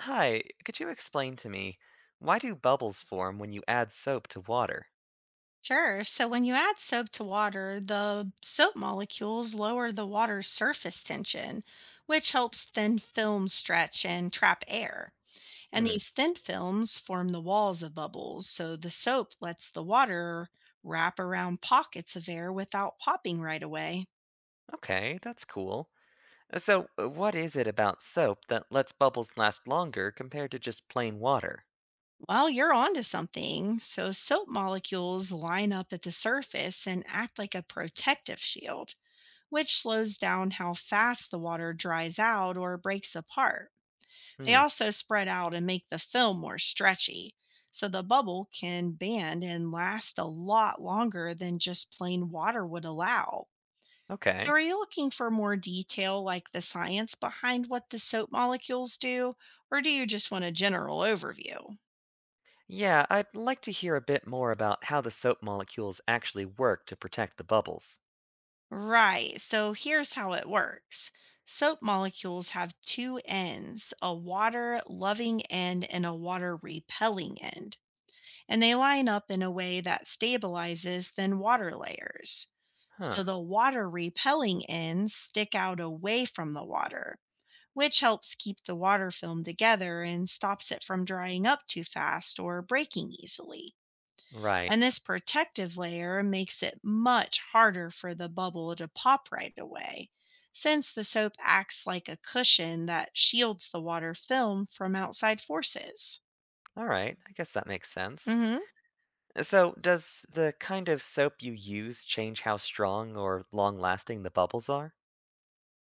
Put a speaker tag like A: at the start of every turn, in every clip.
A: Hi, could you explain to me why do bubbles form when you add soap to water?
B: Sure. So when you add soap to water, the soap molecules lower the water's surface tension, which helps thin films stretch and trap air. And
A: Hmm,
B: these thin films form the walls of bubbles, so the soap lets the water wrap around pockets of air without popping right away.
A: okay, that's cool. So, what is it about soap that lets bubbles last longer compared to just plain water?
B: Well, you're onto something. So soap molecules line up at the surface and act like a protective shield, which slows down how fast the water dries out or breaks apart. They
A: Hmm,
B: also spread out and make the film more stretchy, so the bubble can band and last a lot longer than just plain water would allow. So,
A: okay.
B: are you looking for more detail like the science behind what the soap molecules do, or do you just want a general overview?
A: Yeah, I'd like to hear a bit more about how the soap molecules actually work to protect the bubbles.
B: Right, so here's how it works. Soap molecules have two ends, a water loving end and a water repelling end, and they line up in a way that stabilizes thin water layers.
A: Huh,
B: So the water repelling ends stick out away from the water, which helps keep the water film together and stops it from drying up too fast or breaking easily.
A: right.
B: And this protective layer makes it much harder for the bubble to pop right away, since the soap acts like a cushion that shields the water film from outside forces.
A: All right, I guess that makes sense.
B: Hmm.
A: So, does the kind of soap you use change how strong or long lasting the bubbles are?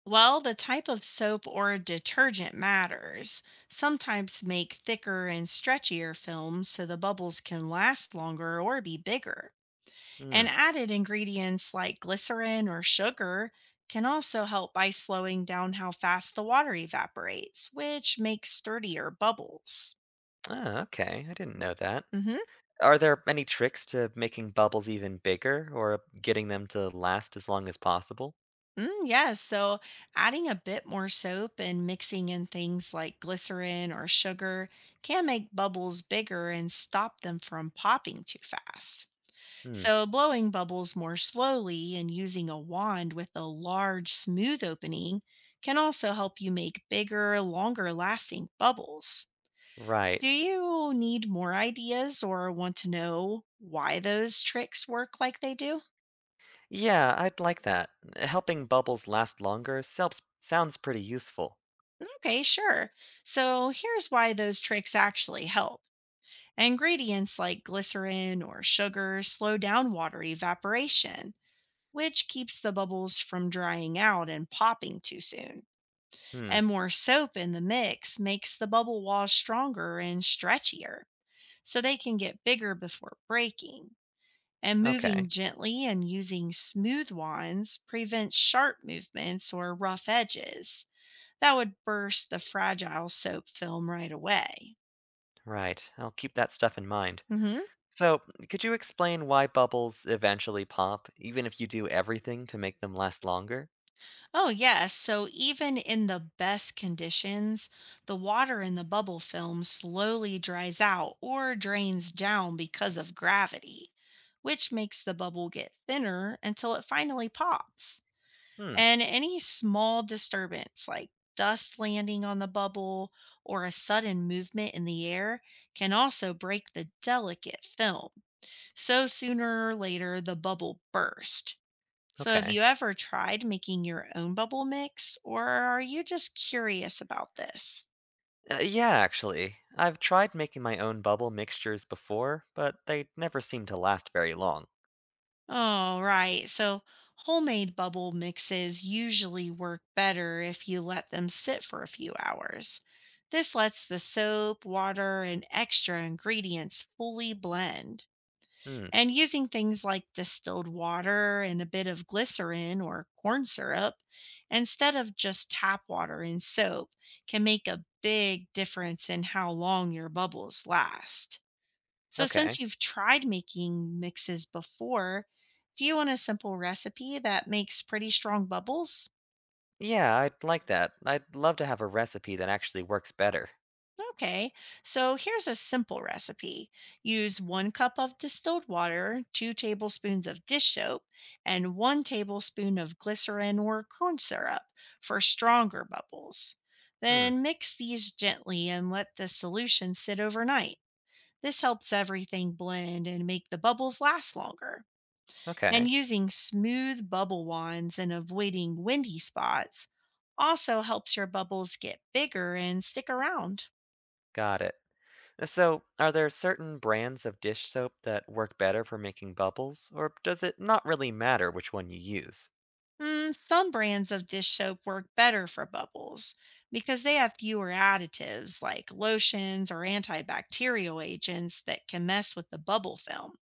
B: Well, the type of soap or detergent matters. Sometimes make thicker and stretchier films so the bubbles can last longer or be bigger.
A: Hmm.
B: And added ingredients like glycerin or sugar can also help by slowing down how fast the water evaporates, which makes sturdier bubbles.
A: Ah, okay. I didn't know that.
B: Mhm.
A: Are there any tricks to making bubbles even bigger or getting them to last as long as possible?
B: Yes. So adding a bit more soap and mixing in things like glycerin or sugar can make bubbles bigger and stop them from popping too fast.
A: Hmm,
B: So blowing bubbles more slowly and using a wand with a large, smooth opening can also help you make bigger, longer lasting bubbles.
A: right.
B: Do you need more ideas or want to know why those tricks work like they do?
A: Yeah, I'd like that. Helping bubbles last longer selps sounds pretty useful.
B: Okay, sure. So here's why those tricks actually help. Ingredients like glycerin or sugar slow down water evaporation, which keeps the bubbles from drying out and popping too soon.
A: Hmm,
B: And more soap in the mix makes the bubble walls stronger and stretchier, so they can get bigger before breaking. And moving
A: okay.
B: gently and using smooth wands prevents sharp movements or rough edges that would burst the fragile soap film right away.
A: Right. I'll keep that stuff in mind.
B: Mhm.
A: So, could you explain why bubbles eventually pop, even if you do everything to make them last longer?
B: Oh, yes. So even in the best conditions, the water in the bubble film slowly dries out or drains down because of gravity, which makes the bubble get thinner until it finally pops.
A: Hmm,
B: And any small disturbance, like dust landing on the bubble or a sudden movement in the air, can also break the delicate film. So sooner or later, the bubble bursts. So, have
A: okay.
B: you ever tried making your own bubble mix, or are you just curious about this?
A: Yeah, actually. I've tried making my own bubble mixtures before, but they never seem to last very long.
B: Oh, right. So, homemade bubble mixes usually work better if you let them sit for a few hours. This lets the soap, water, and extra ingredients fully blend.
A: Hmm,
B: And using things like distilled water and a bit of glycerin or corn syrup instead of just tap water and soap can make a big difference in how long your bubbles last. So, since
A: okay.
B: you've tried making mixes before, do you want a simple recipe that makes pretty strong bubbles?
A: Yeah, I'd like that. I'd love to have a recipe that actually works better.
B: Okay, so here's a simple recipe. Use one cup of distilled water, two tablespoons of dish soap, and one tablespoon of glycerin or corn syrup for stronger bubbles.
A: Hmm,
B: Then mix these gently and let the solution sit overnight. This helps everything blend and make the bubbles last longer. And
A: okay.
B: using smooth bubble wands and avoiding windy spots also helps your bubbles get bigger and stick around.
A: Got it. So, are there certain brands of dish soap that work better for making bubbles, or does it not really matter which one you use?
B: Some brands of dish soap work better for bubbles because they have fewer additives like lotions or antibacterial agents that can mess with the bubble film.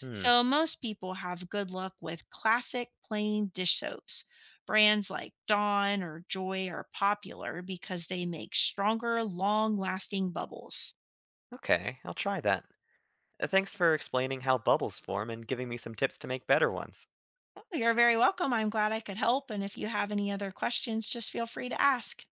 A: Hmm,
B: So, most people have good luck with classic plain dish soaps. Brands like Dawn or Joy are popular because they make stronger, long lasting bubbles.
A: okay, I'll try that. Thanks for explaining how bubbles form and giving me some tips to make better ones.
B: Oh, you're very welcome. I'm glad I could help. And if you have any other questions, just feel free to ask.